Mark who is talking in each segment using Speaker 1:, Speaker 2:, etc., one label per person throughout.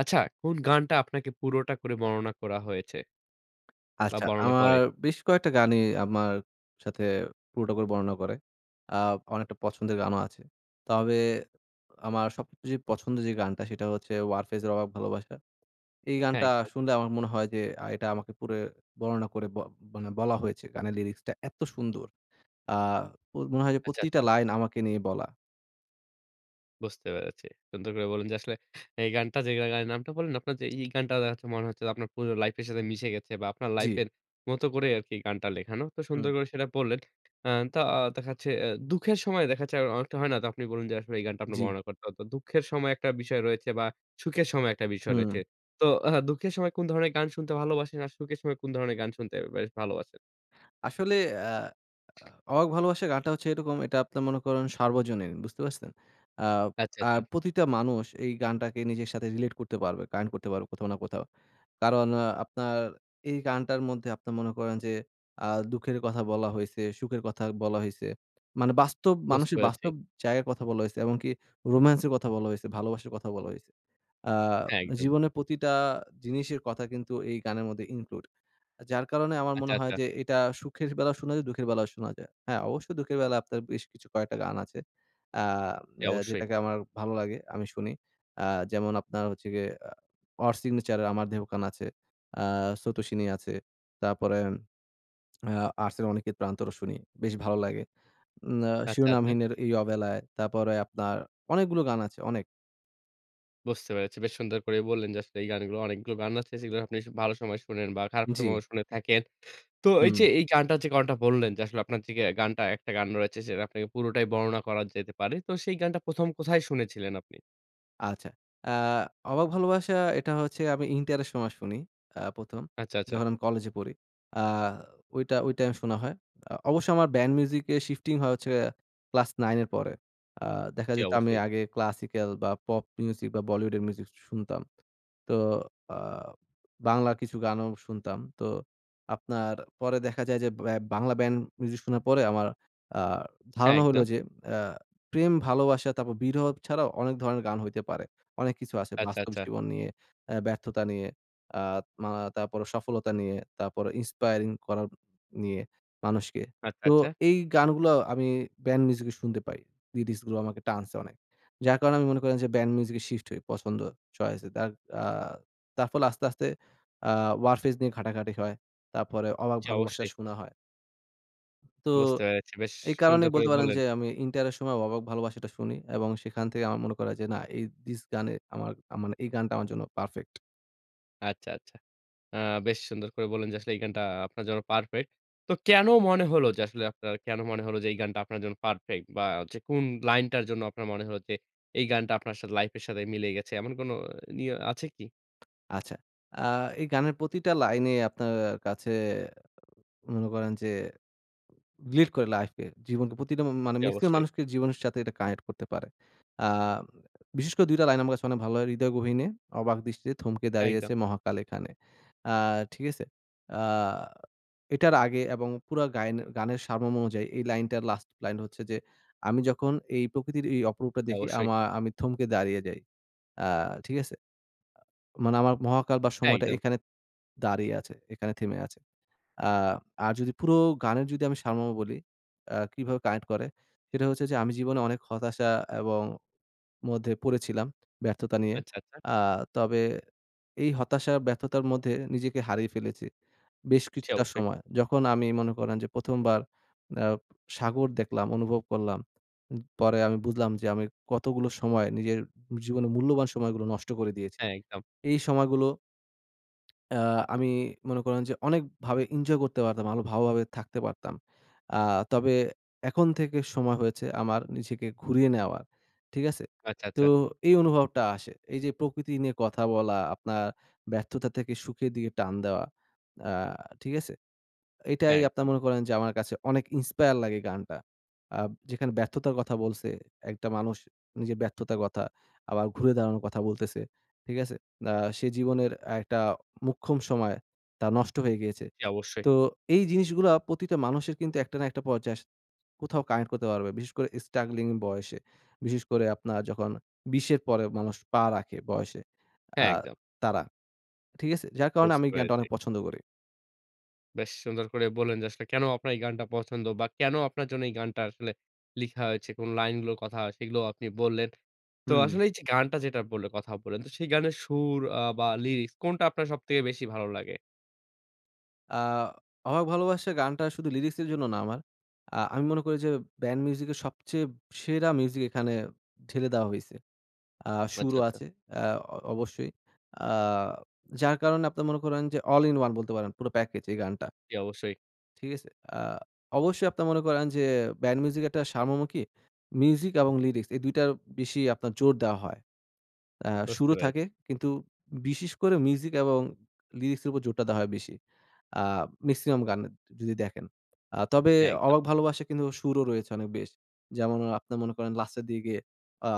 Speaker 1: আচ্ছা, কোন গানটা আপনাকে পুরোটা করে বর্ণনা করা হয়েছে বা
Speaker 2: আচ্ছা,
Speaker 1: বর্ণনা
Speaker 2: আমার
Speaker 1: করে?
Speaker 2: বেশ কয়েকটা গানই আমার সাথে পুরোটা করে বর্ণনা করে। আ অনেকটা পছন্দের গানও আছে। তবে আমার সবচেয়ে যে পছন্দের যে গানটা সেটা হচ্ছে 'ওয়ারফেজ এর অবাক ভালোবাসা'। এই
Speaker 1: হ্যাঁ,
Speaker 2: গানটা
Speaker 1: একদম।
Speaker 2: শুনলে আমার মনে হয় যে এটা আমাকে পুরো বর্ণনা করে মানে বলা হয়েছে। গানের লিরিক্সটা এত সুন্দর। আ মনে হয় যে
Speaker 1: আচ্ছা,
Speaker 2: প্রতিটা
Speaker 1: আচ্ছা।
Speaker 2: লাইন আমাকে নিয়ে বলা।
Speaker 1: বুঝতে পেরেছি। সুন্দর করে বললেন যে আসলে এই গানটা যে গানের নামটা বললেন আপনার, যে এই গানটা দেখা যাচ্ছে মনে হচ্ছে যে আপনার পুরো লাইফ এর সাথে মিশে গেছে বা আপনার
Speaker 2: জি।
Speaker 1: লাইফের মতো করে আরকি গানটা লেখানো। তো
Speaker 2: হুম।
Speaker 1: সুন্দর করে সেটা বললেন। আ দেখা যাচ্ছে দুঃখের সময় দেখা যাচ্ছে অনেকটা হয় না? তো আপনি বললেন যে আসলে এই গানটা আপনার
Speaker 2: জি।
Speaker 1: বর্ণনা করতে হতো। দুঃখের সময় একটা বিষয় রয়েছে বা সুখের সময় একটা বিষয়
Speaker 2: হুম।
Speaker 1: রয়েছে। তো দুঃখের সময় কোন ধরনের গান শুনতে ভালোবাসেন? আর সুখের সময় কোন ধরনের গান শুনতে বেশ ভালোবাসেন?
Speaker 2: আসলে আ অবাক ভালোবাসা গানটা হচ্ছে এরকম, এটা আপনার মনে করেন সার্বজনীন। বুঝতে পারছেন? আ
Speaker 1: আচ্ছা, আচ্ছা।
Speaker 2: আর প্রতিটা মানুষ এই গানটাকে নিজের সাথে রিলেট করতে পারবে, কানেক্ট করতে পারবে কোথাও না কোথাও। কারণ আপনার এই গানটার মধ্যে আপনার মনে করেন যে আ দুঃখের কথা বলা হইছে, সুখের কথা বলা হইছে। মানে বাস্তব
Speaker 1: বুঝতে
Speaker 2: মানুষের
Speaker 1: পেরেছি।
Speaker 2: বাস্তব জায়গার কথা বলা হইছে। এমনকি রোমান্সের কথা বলা হইছে, ভালোবাসার কথা বলা হইছে। আ
Speaker 1: হ্যাঁ, একদম।
Speaker 2: জীবনের প্রতিটা জিনিসের কথা কিন্তু এই গানের মধ্যে ইনক্লুড। যার কারণে আমার
Speaker 1: আচ্ছা,
Speaker 2: মনে হয়
Speaker 1: আচ্ছা।
Speaker 2: যে এটা সুখের বেলাও শোনা যায়, দুঃখের বেলাও শোনা যায়। হ্যাঁ, অবশ্যই দুঃখের বেলা আপনার বেশ কিছু কয়েকটা গান আছে। আ
Speaker 1: জি,
Speaker 2: অ্যা
Speaker 1: অবশ্যই।
Speaker 2: যেটাকে আমার ভালো লাগে, আমি শুনি। আ যেমন আপনার হচ্ছে গিয়ে অড সিগনেচার এর 'আমার দেহখান' আছে, আ 'স্রোতোষিনী' আছে। তারপরে আ আর্টসের 'অনিকেত প্রান্তরও' শুনি। বেশ ভালো লাগে। উম আ
Speaker 1: আচ্ছা, আচ্ছা।
Speaker 2: 'শিরোনামহীনের এই অবেলায়', তারপরে আপনার অনেকগুলো গান আছে, অনেক।
Speaker 1: বুঝতে পেরেছি। বেশ সুন্দর করে বললেন যে আসলে এই গানগুলো, অনেকগুলো গান আছে যেগুলো আপনি ভালো সময় শোনেন বা খারাপ
Speaker 2: জি,
Speaker 1: সময়ও শুনে থাকেন। তো এই
Speaker 2: হুম।
Speaker 1: যে এই গানটার যে কারণটা বললেন যে আসলে আপনার যে গানটা, একটা গান রয়েছে সেটা আপনাকে পুরোটাই বর্ণনা করা যেতে পারে। তো সেই গানটা ১ম কোথায় শুনেছিলেন আপনি?
Speaker 2: আচ্ছা। আ অবাক ভালোবাসা এটা হচ্ছে আমি ইন্টারের সময় শুনি ১ম,
Speaker 1: আচ্ছা, আচ্ছা।
Speaker 2: যখন আমি কলেজে পড়ি। আ ওইটা ওই টাইম শোনা হয়। অবশ্য আমার ব্যান্ড মিউজিকে শিফটিং হয় হচ্ছে ক্লাস 9 এর পরে। আ দেখা
Speaker 1: জি,
Speaker 2: যেত আমি
Speaker 1: অবশ্যই।
Speaker 2: আগে ক্লাসিক্যাল বা পপ মিউজিক বা বলিউডের মিউজিক শুনতাম। তো আ বাংলা কিছু গানও শুনতাম। তো আপনার পরে দেখা যায় যে বাংলা ব্যান্ড মিউজিক শোনার পরে আমার আ
Speaker 1: হ্যাঁ,
Speaker 2: ধারণা হইলো
Speaker 1: একদম।
Speaker 2: যে আ প্রেম, ভালোবাসা, তারপর বিরহ ছাড়াও অনেক ধরনের গান হইতে পারে। অনেক কিছু আছে
Speaker 1: আচ্ছা,
Speaker 2: বাস্তব
Speaker 1: আচ্ছা।
Speaker 2: জীবন নিয়ে, ব্যর্থতা নিয়ে, আ মা তারপরে সফলতা নিয়ে, তারপরে ইন্সপায়ারিং করার নিয়ে মানুষকে।
Speaker 1: আচ্ছা,
Speaker 2: তো
Speaker 1: আচ্ছা।
Speaker 2: এই গানগুলো আমি ব্যান্ড মিউজিকে শুনতে পাই। লিরিক্সগুলো আমাকে টানছে অনেক। যার কারণে আমি মনে করেন যে ব্যান্ড মিউজিকে শিফট হই পছন্দ চয়েসে। আ তার ফলে আস্তে, আস্তে আ ওয়ারফেজ নিয়ে ঘাটাঘাটি হয়। তারপরে অবাক
Speaker 1: জি,
Speaker 2: ভালোবাসা
Speaker 1: অবশ্যই।
Speaker 2: শোনা হয়। তো
Speaker 1: বুঝতে পেরেছি। বেশ
Speaker 2: এই
Speaker 1: সুন্দর
Speaker 2: কারণেই
Speaker 1: করে
Speaker 2: বলতে পারেন
Speaker 1: বললেন।
Speaker 2: যে আমি ইন্টারের সময় অবাক ভালোবাসাটা শুনি এবং সেখান থেকে আমার মনে করা যে না, এই দিস গানে আমার মানে এই গানটা আমার জন্য পারফেক্ট।
Speaker 1: আচ্ছা, আচ্ছা। আ বেশ সুন্দর করে বললেন যে আসলে এই গানটা আপনার জন্য পারফেক্ট। তো কেন মনে হলো যে আসলে, আপনার কেন মনে হলো যে এই গানটা আপনার জন্য পারফেক্ট? বা হচ্ছে কোন লাইনটার জন্য আপনার মনে হলো যে এই গানটা আপনার সাথে, লাইফের সাথে মিলে গেছে, এমন কোনো নিয়ে আছে কি?
Speaker 2: আচ্ছা। আ এই গানের প্রতিটা লাইনে আপনার কাছে মনে করেন যে রিলেট করে লাইফে। জীবনকে প্রতিটা মানে
Speaker 1: জি,
Speaker 2: মেক্সিমাম
Speaker 1: অবশ্যই।
Speaker 2: মানুষকে জীবনের সাথে এটা কানেক্ট করতে পারে। আ বিশেষ করে ২ টা লাইন আমার কাছে অনেক ভালো লাগে। হৃদয় গহীনে অবাক দৃষ্টিতে থমকে
Speaker 1: হ্যাঁ, একদম।
Speaker 2: দাঁড়িয়েছে মহাকাল এখানে। আ ঠিক আছে? আ এটার আগে এবং পুরা গায়েন গানের সারমর্ম অনুযায়ী এই লাইনটার লাস্ট লাইন হচ্ছে যে, "আমি যখন এই প্রকৃতির এই অপরূপটা
Speaker 1: জি,
Speaker 2: দেখি
Speaker 1: অবশ্যই।
Speaker 2: আমি থমকে দাঁড়িয়ে যাই।" আ ঠিক আছে? মানে আমার মহাকাল বা
Speaker 1: হ্যাঁ,
Speaker 2: সময়টা
Speaker 1: একদম।
Speaker 2: এখানে দাঁড়িয়ে আছে, এখানে থেমে আছে। আ আর যদি পুরো গানের যদি আমি সারমর্ম বলি, কিভাবে কানেক্ট করে, সেটা হচ্ছে যে আমি জীবনে অনেক হতাশা এবং মধ্যে পড়েছিলাম ব্যর্থতা নিয়ে।
Speaker 1: আচ্ছা, আচ্ছা।
Speaker 2: আ তবে এই হতাশা ব্যর্থতার মধ্যে নিজেকে হারিয়ে ফেলেছি বেশ
Speaker 1: জি,
Speaker 2: কিছুটা
Speaker 1: অবশ্যই।
Speaker 2: সময়। যখন আমি মনে করেন যে ১ম বার আ সাগর দেখলাম, অনুভব করলাম। পরে আমি বুঝলাম যে আমি কতগুলো সময় নিজের জীবনের মূল্যবান সময়গুলো নষ্ট করে দিয়েছি।
Speaker 1: হ্যাঁ, একদম।
Speaker 2: এই সময়গুলো আ আমি মনে করেন যে অনেকভাবে এনজয় করতে পারতাম, আরো ভালোভাবে থাকতে পারতাম। আ তবে এখন থেকে সময় হয়েছে আমার নিজেকে ঘুরিয়ে নেওয়ার। ঠিক আছে?
Speaker 1: আচ্ছা,
Speaker 2: তো
Speaker 1: আচ্ছা।
Speaker 2: এই অনুভবটা আসে। এই যে প্রকৃতি নিয়ে কথা বলা, আপনার ব্যর্থতা থেকে সুখের দিকে টান দেওয়া। আ ঠিক আছে? এটাই
Speaker 1: হ্যাঁ,
Speaker 2: আপনার
Speaker 1: একদম।
Speaker 2: মনে করেন যে আমার কাছে অনেক ইন্সপায়ার লাগে গানটা। আ যেখানে ব্যর্থতার কথা বলছে, একটা মানুষ নিজের ব্যর্থতার কথা, আবার ঘুরে দাঁড়ানোর কথা বলতেছে। ঠিক আছে? আ সে জীবনের একটা মোক্ষম সময় তার নষ্ট হয়ে গিয়েছে।
Speaker 1: জি, অবশ্যই।
Speaker 2: তো এই জিনিসগুলা প্রতিটা মানুষের কিন্তু একটা না একটা পর্যায়ে কোথাও কানেক্ট করতে পারবে। বিশেষ করে স্ট্রাগলিং বয়সে। বিশেষ করে আপনার যখন ২০ এর পরে মানুষ পা রাখে বয়সে।
Speaker 1: হ্যাঁ,
Speaker 2: আ
Speaker 1: একদম।
Speaker 2: তারা। ঠিক আছে? যার কারণে
Speaker 1: বুঝতে
Speaker 2: আমি এই গানটা
Speaker 1: পেরেছি।
Speaker 2: অনেক পছন্দ করি।
Speaker 1: বেশ সুন্দর করে বললেন যে আসলে কেন আপনার এই গানটা পছন্দ বা কেন আপনার জন্য এই গানটা আসলে লিখা হয়েছে, কোন লাইনগুলোর কথা সেগুলো আপনি বললেন। তো
Speaker 2: হুম।
Speaker 1: আসলে এই যে গানটা যেটা বললে কথা বললেন, তো সেই গানের সুর বা লিরিক্স কোনটা আপনার সবথেকে বেশি ভালো লাগে?
Speaker 2: আ 'অবাক ভালোবাসা' গানটা শুধু লিরিক্সের জন্য না আমার। আমি মনে করি যে ব্যান্ড মিউজিকের সবচেয়ে সেরা মিউজিক এখানে ঢেলে দেওয়া হইছে। আ
Speaker 1: আচ্ছা,
Speaker 2: সুরও
Speaker 1: আচ্ছা।
Speaker 2: আছে, আ অ অবশ্যই। আ যার কারণে আপনি মনে করেন যে all in one বলতে পারেন, পুরো প্যাকেজ এই গানটা।
Speaker 1: জি, অবশ্যই।
Speaker 2: ঠিক আছে? আ অবশ্যই আপনি মনে করেন যে ব্যান্ড মিউজিক একটা সারমর্ম কি? মিউজিক এবং লিরিক্স এই ২ টার বেশি আপনার জোর দেওয়া হয়। আ
Speaker 1: বুঝতে
Speaker 2: সুরও থাকে,
Speaker 1: পেরেছি।
Speaker 2: কিন্তু বিশেষ করে মিউজিক এবং লিরিক্স এর উপর জোরটা দেওয়া হয় বেশি। আ মেক্সিমাম গানে যদি দেখেন। তবে
Speaker 1: হ্যাঁ, একদম।
Speaker 2: 'অবাক ভালোবাসা' কিন্তু সুরও রয়েছে অনেক বেশ। যেমন আপনার মনে করেন লাস্টের দিকে আ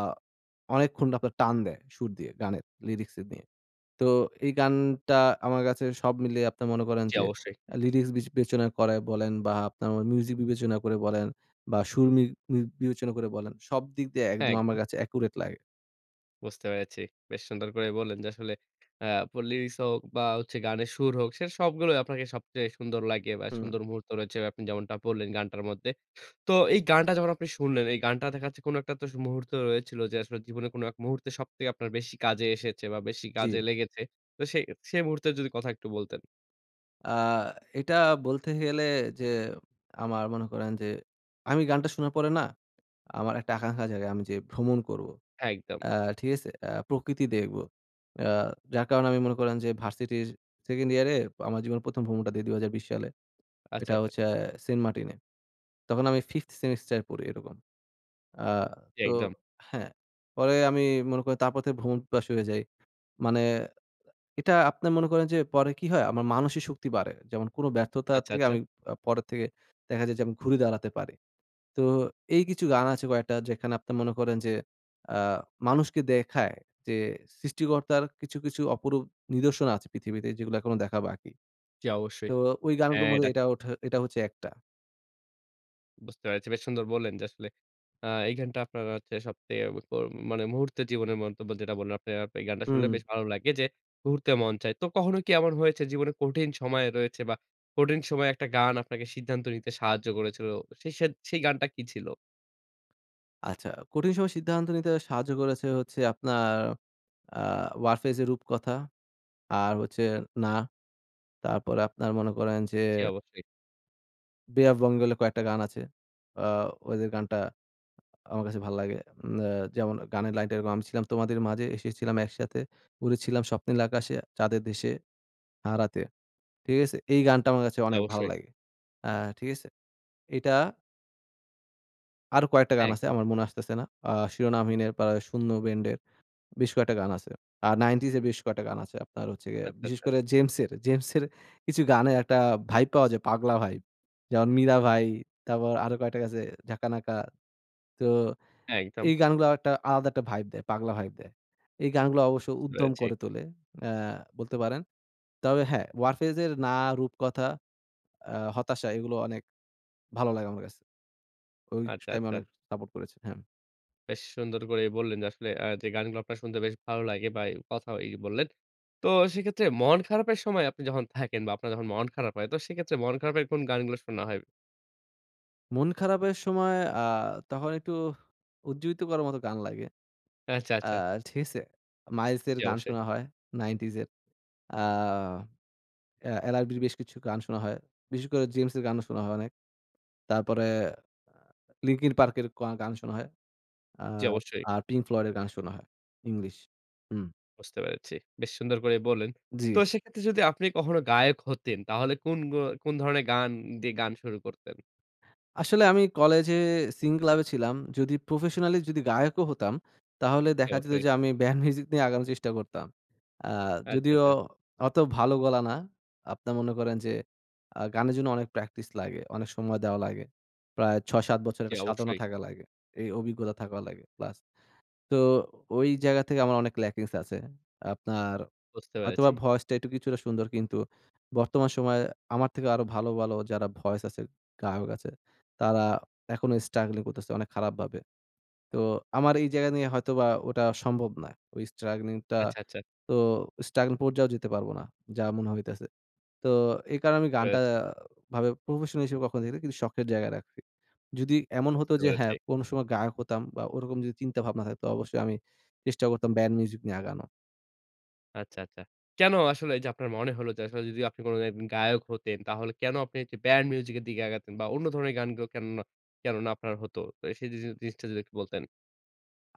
Speaker 2: অনেকক্ষণ আপনার টান দেয় সুর দিয়ে গানের লিরিক্স নিয়ে। তো এই গানটা আমার কাছে সব মিলিয়ে আপনি মনে করেন
Speaker 1: জি,
Speaker 2: যে
Speaker 1: অবশ্যই।
Speaker 2: লিরিক্স বিবেচনা করে বলেন বা আপনার মিউজিক বিবেচনা করে বলেন বা সুর মি মি বিবেচনা করে বলেন, সব দিক দিয়ে
Speaker 1: হ্যাঁ,
Speaker 2: একদম আমার
Speaker 1: একদম।
Speaker 2: কাছে অ্যাকুরেট লাগে।
Speaker 1: বুঝতে পেরেছি। বেশ সুন্দর করে বললেন যে আসলে আ প লিরিক্স হোক বা হচ্ছে গানের সুর হোক, সে সবগুলোই আপনাকে সবচেয়ে সুন্দর লাগে বা
Speaker 2: হুম,
Speaker 1: সুন্দর মুহূর্ত রয়েছে, আপনি যেমনটা বললেন গানটার মধ্যে। তো এই গানটা যখন আপনি শুনলেন, এই গানটা দেখা যাচ্ছে কোনো একটা তো মুহূর্ত রয়েছিল যে আসলে জীবনে কোনো এক মুহূর্তে সবথেকে আপনার বেশি কাজে এসেছে বা বেশি
Speaker 2: জি।
Speaker 1: কাজে লেগেছে। তো সেই সেই মুহূর্তের যদি কথা একটু বলতেন।
Speaker 2: আ এটা বলতে গেলে যে আমার মনে করেন যে আমি গানটা শোনার পরে না আমার একটা আকাঙ্খা জাগে আমি যে ভ্রমণ করব।
Speaker 1: একদম।
Speaker 2: আ ঠিক আছে? প্রকৃতি দেখব। আ যার কারণে আমি মনে করেন যে ভার্সিটির 2nd ইয়ারে আমার জীবনের ১ম ভ্রমণটা দেই ২০২০ সালে।
Speaker 1: আচ্ছা,
Speaker 2: এটা
Speaker 1: আচ্ছা।
Speaker 2: হচ্ছে সেন্ট মার্টিনে। তখন আমি 5th সেমিস্টারে পড়ি এরকম। আ
Speaker 1: জি,
Speaker 2: তো
Speaker 1: একদম।
Speaker 2: হ্যাঁ, পরে আমি মনে করি তারপর থেকে ভ্রমণ পিপাসু হয়ে যাই। মানে এটা আপনি মনে করেন যে পরে কি হয়? আমার মানসিক শক্তি বাড়ে। যেমন কোনো ব্যর্থতা
Speaker 1: আচ্ছা,
Speaker 2: থেকে
Speaker 1: আচ্ছা।
Speaker 2: আমি পরের থেকে দেখা যায় যে আমি ঘুরে দাঁড়াতে পারি। তো এই কিছু গান আছে কয়েকটা যেখানে আপনি মনে করেন যে আ মানুষকে দেখায় যে সৃষ্টিকর্তার কিছু, কিছু অপরূপ নিদর্শন আছে পৃথিবীতে যেগুলো এখনো দেখা বাকি।
Speaker 1: জি, অবশ্যই।
Speaker 2: তো ওই গানগুলোর
Speaker 1: হ্যাঁ,
Speaker 2: মধ্যে
Speaker 1: এটা
Speaker 2: এটা ওঠে, এটা হচ্ছে একটা।
Speaker 1: বুঝতে পেরেছি। বেশ সুন্দর বললেন যে আসলে এই গানটা আপনার হচ্ছে সবথেকে প মানে মুহূর্তে জীবনের মন্তব্য যেটা বললেন আপনি, এই গানটা শুনলে
Speaker 2: হুম,
Speaker 1: বেশ ভালো লাগে যে ঘুরতে মন চায়। তো কখনো কি এমন হয়েছে জীবনে কঠিন সময় রয়েছে বা কঠিন সময়ে একটা গান আপনাকে সিদ্ধান্ত নিতে সাহায্য করেছিল। সেই গানটা কি ছিল?
Speaker 2: আচ্ছা। কঠিন সময় সিদ্ধান্ত নিতে সাহায্য করেছে হচ্ছে আপনার আ 'ওয়ারফেজ' এর 'রূপকথা', আর হচ্ছে 'না', তারপরে আপনার মনে করেন যে
Speaker 1: জি, অবশ্যই।
Speaker 2: বঙ্গলে কয়েকটা গান আছে। আ ওদের গানটা আমার কাছে ভাল লাগে। উম আ যেমন গানের লাইনটা এরকম, "আমি ছিলাম তোমাদের মাঝে, এসেছিলাম একসাথে, উড়েছিলাম স্বপ্নিল আকাশে, চাঁদের দেশে হারাতে।" ঠিক আছে? এই গানটা আমার কাছে
Speaker 1: জি,
Speaker 2: অনেক ভালো
Speaker 1: অবশ্যই।
Speaker 2: লাগে। আ ঠিক আছে? এটা আরো কয়েকটা
Speaker 1: হ্যাঁ,
Speaker 2: গান আছে
Speaker 1: একদম।
Speaker 2: আমার মনে আসতেছে না। শিরোনামহীনের, পা শূন্য ব্যান্ডের বেশ কয়েকটা গান আছে। আর 90s এর বেশ কয়েকটা গান আছে। আপনার হচ্ছে গিয়ে
Speaker 1: আচ্ছা,
Speaker 2: বিশেষ
Speaker 1: আচ্ছা।
Speaker 2: করে জেমসের, জেমসের কিছু গানের একটা ভাইব পাওয়া যায়, পাগলা ভাইব। যেমন 'মীরা ভাই', তারপর আরো কয়েকটা আছে 'ঝাঁকা নাকা'। তো
Speaker 1: হ্যাঁ, একদম।
Speaker 2: এই গানগুলো একটা আলাদা একটা ভাইব দেয়, পাগলা ভাইব দেয়। এই গানগুলো অবশ্য
Speaker 1: বুঝতে
Speaker 2: উদ্যম
Speaker 1: পেরেছি।
Speaker 2: করে তোলে, অ্যা বলতে পারেন। তবে হ্যাঁ, 'ওয়ারফেজ' এর 'না', 'রূপকথা', 'হতাশা' এগুলো অনেক ভালো লাগে আমার কাছে। ওই
Speaker 1: আচ্ছা,
Speaker 2: টাইমে
Speaker 1: আচ্ছা।
Speaker 2: অনেক সাপোর্ট করেছে। হ্যাঁ।
Speaker 1: বেশ সুন্দর করে বললেন যে আসলে যে গানগুলো আপনার শুনতে বেশ ভালো লাগে বা এই কথা এই বললেন। তো সেক্ষেত্রে মন খারাপের সময় আপনি যখন থাকেন বা আপনার যখন মন খারাপ হয় তো সেক্ষেত্রে মন খারাপের কোন গানগুলো শোনা হয়?
Speaker 2: মন খারাপের সময় আ তখন একটু উজ্জীবিত করার মতো গান লাগে।
Speaker 1: আচ্ছা,
Speaker 2: আ
Speaker 1: আচ্ছা।
Speaker 2: ঠিক আছে? 'মাইলস' এর
Speaker 1: জি,
Speaker 2: গান
Speaker 1: অবশ্যই,
Speaker 2: শোনা হয় 90s এর। আ এ 'এলআরবি'র বেশ কিছু গান শোনা হয়। বিশেষ করে 'জেমস' এর গানও শোনা হয় অনেক। তারপরে আ 'লিঙ্কিন পার্কের' গান শোনা হয়। আ
Speaker 1: জি, অবশ্যই।
Speaker 2: আর Pink Floyd এর গান শোনা হয়। ইংলিশ। হুম,
Speaker 1: বুঝতে পেরেছি। বেশ সুন্দর করে বললেন।
Speaker 2: জি।
Speaker 1: তো সেক্ষেত্রে যদি আপনি কখনো গায়ক হতেন তাহলে কোন ধরনের গান দিয়ে গান শুরু করতেন?
Speaker 2: আসলে আমি কলেজে সিঙ্গিং ক্লাবে ছিলাম। যদি প্রফেশনালি যদি গায়কও হতাম, তাহলে
Speaker 1: জি,
Speaker 2: দেখা যেত
Speaker 1: অবশ্যই।
Speaker 2: যে আমি ব্যান্ড মিউজিক নিয়ে আগানোর চেষ্টা করতাম। আ
Speaker 1: আচ্ছা,
Speaker 2: যদিও
Speaker 1: আচ্ছা।
Speaker 2: অত ভালো গলা না। আপনার মনে করেন যে গানের জন্য অনেক প্র্যাকটিস লাগে, অনেক সময় দেওয়া লাগে। প্রায় ৬-৭ বছর
Speaker 1: জি,
Speaker 2: একটা সাধনা
Speaker 1: অবশ্যই।
Speaker 2: থাকা লাগে। এই অভিজ্ঞতা থাকা লাগে। প্লাস তো ওই জায়গা থেকে আমার অনেক ল্যাকিংস আছে। আপনার
Speaker 1: বুঝতে পেরেছি।
Speaker 2: হয়তোবা ভয়েসটা একটু কিছুটা সুন্দর, কিন্তু বর্তমান সময়ে আমার থেকে আরো ভালো, ভালো যারা ভয়েস আছে, গায়ক আছে তারা এখনো স্ট্রাগলিং করতেছে অনেক খারাপভাবে। তো আমার এই জায়গা নিয়ে হয়তোবা ওটা সম্ভব না। ওই স্ট্রাগলিংটা
Speaker 1: আচ্ছা, আচ্ছা।
Speaker 2: তো স্ট্রাগল পর্যায়েও যেতে পারব না। যা মনে হইতেছে। তো এই কারণে
Speaker 1: বুঝতে
Speaker 2: আমি গানটা
Speaker 1: পেরেছি,
Speaker 2: ভাবে প্রফেশনাল হিসেবে কখনো দেখিনি, কিন্তু শখের জায়গায় রাখছি। যদি এমন হতো
Speaker 1: বুঝতে
Speaker 2: যে
Speaker 1: পেরেছি।
Speaker 2: হ্যাঁ, কোনো সময় গায়ক হতাম বা ওরকম যদি চিন্তা ভাবনা থাকতো, অবশ্যই আমি চেষ্টা করতাম ব্যান্ড মিউজিক নিয়ে আগানো।
Speaker 1: আচ্ছা, আচ্ছা। কেন আসলে এই যে আপনার মনে হলো যে আসলে যদি আপনি কোনো একজন গায়ক হতেন তাহলে কেন আপনি যে ব্যান্ড মিউজিক এর দিকে আগাতেন বা অন্য ধরনের গানগুলো কেননা কেননা আপনার হতো? তো সেই জিনিসটা যদি একটু বলতেন।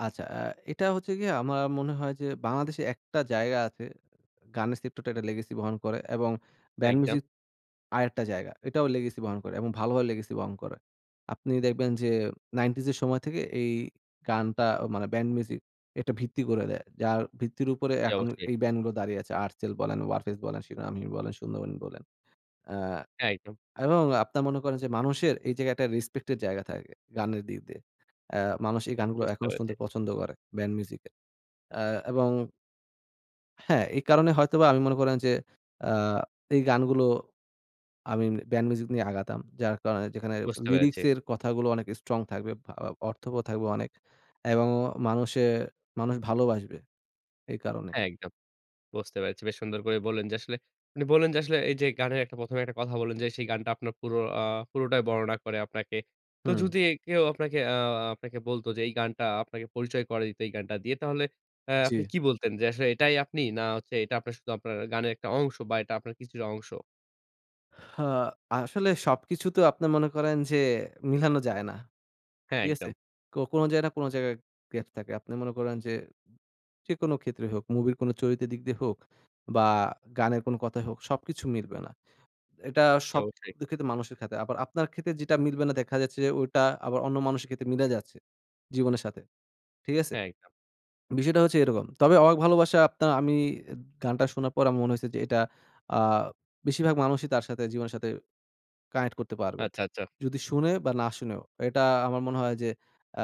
Speaker 2: আচ্ছা, এটা হচ্ছে গিয়ে আমার মনে হয় যে বাংলাদেশে একটা জায়গা আছে, গানের সেক্টরটা একটা লেগেসি বহন করে এবং ব্যান্ড
Speaker 1: একদম।
Speaker 2: মিউজিক আরেকটা জায়গা। এটাও legacy বহন করে এবং ভালোভাবে legacy বহন করে। আপনি দেখবেন যে 90s এর সময় থেকে এই গানটা মানে ব্যান্ড মিউজিক এটা ভিত্তি করে দেয়। যার ভিত্তির উপরে
Speaker 1: জি,
Speaker 2: এখন
Speaker 1: অবশ্যই।
Speaker 2: এই ব্যান্ডগুলো দাঁড়িয়ে আছে। আর্টসেল বলেন, ওয়ারফেজ বলেন, শিরোনামহীন বলেন, সুন্দরবন বলেন। আ
Speaker 1: হ্যাঁ, একদম।
Speaker 2: এবং আপনার মনে করেন যে মানুষের এই জায়গায় একটা রেসপেক্টের জায়গা থাকে গানের দিক দিয়ে। আ মানুষ এই গানগুলো
Speaker 1: বুঝতে
Speaker 2: এখনো
Speaker 1: পেরেছি,
Speaker 2: শুনতে পছন্দ করে ব্যান্ড মিউজিকের। আ এবং হ্যাঁ, এই কারণে হয়তোবা আমি মনে করেন যে আ এই গানগুলো আমি ব্যান্ড মিউজিক নিয়ে আগাতাম। যার কারণে যেখানে হুম।
Speaker 1: বুঝতে পেরেছি।
Speaker 2: লিরিক্সের কথাগুলো অনেক স্ট্রং থাকবে, অর্থবহ থাকবে অনেক, এবং মানুষে মানুষ ভালোবাসবে এই কারণে।
Speaker 1: হ্যাঁ, একদম। বুঝতে পেরেছি। বেশ সুন্দর করে বললেন যে আসলে আপনি বললেন যে আসলে এই যে গানের একটা ১ম এ একটা কথা বললেন যে সেই গানটা আপনার পুরো, পুরোটাই বর্ণনা করে আপনাকে। তো
Speaker 2: হুম,
Speaker 1: যদি কেউ আপনাকে বলত যে এই গানটা আপনাকে পরিচয় করে দিত এই গানটা দিয়ে, তাহলে
Speaker 2: জি।
Speaker 1: আপনি কি বলতেন? যে আসলে এটাই আপনি? না হচ্ছে এটা আপনার শুধু আপনার গানের একটা অংশ বা এটা আপনার কিছুটা অংশ?
Speaker 2: হা আসলে সবকিছু তো আপনি মনে করেন যে মিলানো যায় না।
Speaker 1: হ্যাঁ,
Speaker 2: ঠিক আছে?
Speaker 1: একদম।
Speaker 2: কোনো জায়গায় না কোনো জায়গায় গ্যাপ থাকে। আপনি মনে করেন যে যেকোনো ক্ষেত্রে হোক, মুভির কোনো চরিত্রের দিক দিয়ে হোক বা গানের কোনো কথাই হোক, সবকিছু মিলবে না। এটা
Speaker 1: জি,
Speaker 2: সব
Speaker 1: অবশ্যই।
Speaker 2: ক্ষেত্রে মানুষের ক্ষেত্রে। আবার আপনার ক্ষেত্রে যেটা মিলবে না দেখা যাচ্ছে যে ওইটা আবার অন্য মানুষের ক্ষেত্রে মিলে যাচ্ছে জীবনের সাথে। ঠিক আছে?
Speaker 1: হ্যাঁ, একদম।
Speaker 2: বিষয়টা হচ্ছে এরকম। তবে 'অবাক ভালোবাসা' আপনার আমি গানটা শোনার পর আমার মনে হয়েছে যে এটা আ বেশিরভাগ মানুষই তার সাথে জীবনের সাথে কানেক্ট করতে পারবে।
Speaker 1: আচ্ছা, আচ্ছা।
Speaker 2: যদি শুনে বা না শুনেও। এটা আমার মনে হয় যে আ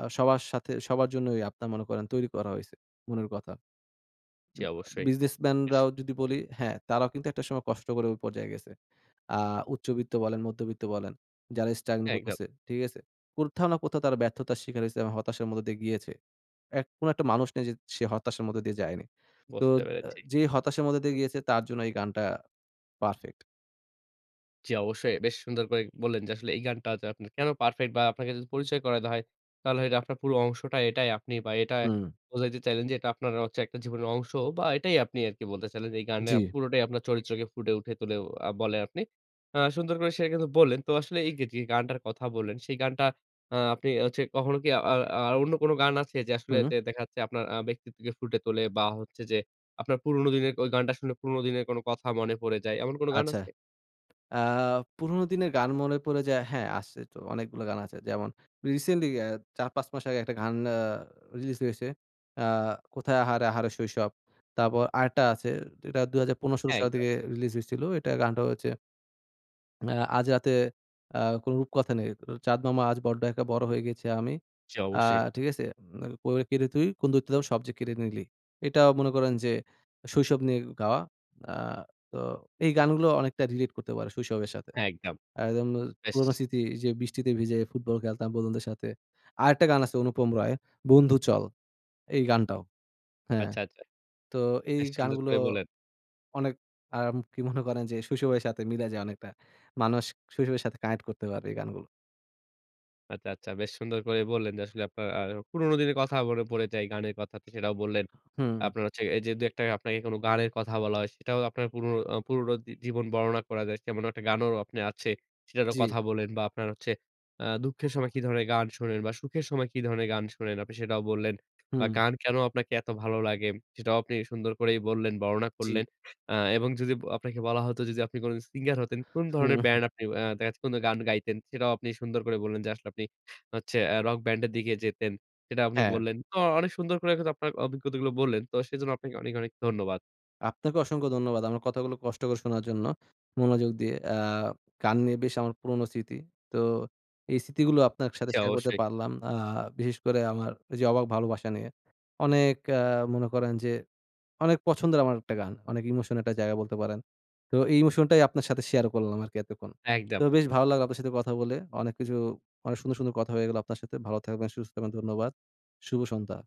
Speaker 2: আ সবার সাথে সবার জন্যই আপনার মনে করেন তৈরি করা হয়েছে মনের কথা।
Speaker 1: জি, অবশ্যই। বেশ,
Speaker 2: বিজনেসম্যানরাও যদি বলি হ্যাঁ, তারাও কিন্তু একটা সময় কষ্ট করে ওই পর্যায়ে গেছে। আ উচ্চবিত্ত বলেন, মধ্যবিত্ত বলেন, যারা স্ট্রাগল
Speaker 1: হ্যাঁ, একদম।
Speaker 2: করতেছে, ঠিক আছে? কোথাও না কোথাও তারা ব্যর্থতার শিকার হইছে এবং হতাশার মধ্য দিয়ে গিয়েছে। এক কোন একটা মানুষ নেই যে সে হতাশার মধ্য দিয়ে যায়নি। তো
Speaker 1: বুঝতে
Speaker 2: আ
Speaker 1: পেরেছি।
Speaker 2: যে হতাশার মধ্য দিয়ে গিয়েছে তার জন্য এই গানটা পারফেক্ট।
Speaker 1: জি, অবশ্যই। বেশ সুন্দর করে বললেন যে আসলে এই গানটা যে আপনার কেন পারফেক্ট, বা আপনাকে যদি পরিচয় করে দেওয়া হয়, তাহলে এটা আপনার পুরো অংশটা, এটাই আপনি, বা এটা
Speaker 2: হুম।
Speaker 1: বোঝাইতে চাইলেন যে এটা আপনার হচ্ছে একটা জীবনের অংশ বা এটাই আপনি আরকি বলতে চাইলেন যে এই গানে
Speaker 2: জি।
Speaker 1: পুরোটাই আপনার চরিত্রকে ফুটে উঠে তুলে বলে আপনি। সুন্দর করে সেটা কিন্তু বললেন। তো আসলে এই যে যে গানটার কথা বললেন, সেই গানটা, আপনি হচ্ছে কখনো কি আ আ আর অন্য কোনো গান আছে যে আসলে
Speaker 2: হুম।
Speaker 1: যে দেখা যাচ্ছে আপনার ব্যক্তিত্বকে ফুটে তোলে বা হচ্ছে যে আপনার পুরোনো দিনের ওই গানটা শুনে পুরোনো দিনের কোনো কথা মনে পড়ে যায়, এমন কোনো গান
Speaker 2: আচ্ছা।
Speaker 1: আছে?
Speaker 2: আ পুরোনো দিনের গান মনে পড়ে যায়, হ্যাঁ, আছে তো অনেকগুলো গান আছে। যেমন রিসেন্টলি ৪-৫ মাস আগে একটা গান রিলিজ হয়েছে। আ কোথায় আহারে আহারে শৈশব। তারপর আরেকটা আছে, এটা ২০১৫-১৬
Speaker 1: হ্যাঁ,
Speaker 2: সালের
Speaker 1: একদম।
Speaker 2: দিকে রিলিজ হয়েছিল। এটা গানটা হচ্ছে আ আজ রাতে আ কোনো রূপকথা নেই। চাঁদ মামা আজ বড্ড একা, বড় হয়ে গেছি আমি।
Speaker 1: জি,
Speaker 2: আ
Speaker 1: অবশ্যই।
Speaker 2: ঠিক আছে? করে কেড়ে তুই কোন দৈত্যদানব সব যে কেড়ে নিলি। এটাও মনে করেন যে শৈশব নিয়ে গাওয়া। আ তো এই গানগুলো অনেকটা রিলেট করতে পারে শৈশবের সাথে।
Speaker 1: হ্যাঁ, একদম।
Speaker 2: একদম
Speaker 1: বেশ,
Speaker 2: পুরোনো স্মৃতি যে বৃষ্টিতে ভিজে ফুটবল খেলতাম বন্ধুদের সাথে। আরেকটা গান আছে অনুপম রায়ের 'বন্ধু চল', এই গানটাও। হ্যাঁ,
Speaker 1: আচ্ছা, আচ্ছা।
Speaker 2: তো এই
Speaker 1: বেশ সুন্দর
Speaker 2: গানগুলো
Speaker 1: করে বললেন।
Speaker 2: অনেক কি মনে করেন যে শৈশবের সাথে মিলে যায় অনেকটা। মানুষ শৈশবের সাথে কানেক্ট করতে পারে এই গানগুলো।
Speaker 1: আচ্ছা, আচ্ছা। বেশ সুন্দর করে বললেন যে আসলে আপনার পুরোনো দিনের কথা মনে পড়ে যায়, গানের কথা তো সেটাও বললেন।
Speaker 2: হুম,
Speaker 1: আপনার হচ্ছে এই যে ২-১ টা আপনাকে কোনো গানের কথা বলা হয়, সেটাও আপনার পুরনো জীবন বর্ণনা করা যায়। তেমন একটা গানও আপনি আছে, সেটারও
Speaker 2: জি,
Speaker 1: কথা বললেন বা আপনার হচ্ছে দুঃখের সময় কি ধরনের গান শোনেন বা সুখের সময় কি ধরনের গান শোনেন, আপনি সেটাও বললেন বা
Speaker 2: হুম,
Speaker 1: গান কেনো আপনাকে এত ভালো লাগে, সেটাও আপনি সুন্দর করেই বললেন, বর্ণনা
Speaker 2: জি,
Speaker 1: করলেন। এবং যদি আপনাকে বলা হতো যদি আপনি কোন সিঙ্গার হতেন, কোন
Speaker 2: হুম,
Speaker 1: ধরনের ব্যান্ড আপনি দেখা যাচ্ছে কোন গান গাইতেন? সেটাও আপনি সুন্দর করে বললেন যে আসলে আপনি হচ্ছে রক ব্যান্ডের দিকে যেতেন। সেটা আপনি
Speaker 2: হ্যাঁ।
Speaker 1: বললেন। তো অনেক সুন্দর করে কিন্তু আপনার অভিজ্ঞতাগুলো বললেন। তো সেজন্য আপনাকে অনেক, অনেক ধন্যবাদ।
Speaker 2: আপনাকে অসংখ্য ধন্যবাদ। আমার কথাগুলো কষ্ট করে শোনার জন্য। মনোযোগ দিয়ে। গান নিয়ে বেশ আমার পুরনো স্মৃতি। তো এই স্মৃতিগুলো আপনার সাথে
Speaker 1: জি,
Speaker 2: শেয়ার করতে
Speaker 1: অবশ্যই।
Speaker 2: পারলাম। বিশেষ করে আমার ওই যে 'অবাক ভালোবাসা' নিয়ে। অনেক মনে করেন যে অনেক পছন্দের আমার একটা গান। অনেক ইমোশন একটা জায়গা বলতে পারেন। তো এই ইমোশনটাই আপনার সাথে শেয়ার করলাম আরকি এতক্ষণ।
Speaker 1: একদম।
Speaker 2: তো বেশ ভালো লাগলো আপনার সাথে কথা বলে। অনেক কিছু অনেক সুন্দর, সুন্দর কথা হয়ে গেল আপনার সাথে। ভালো থাকবেন, সুস্থ থাকবেন। ধন্যবাদ। শুভ সন্ধ্যা।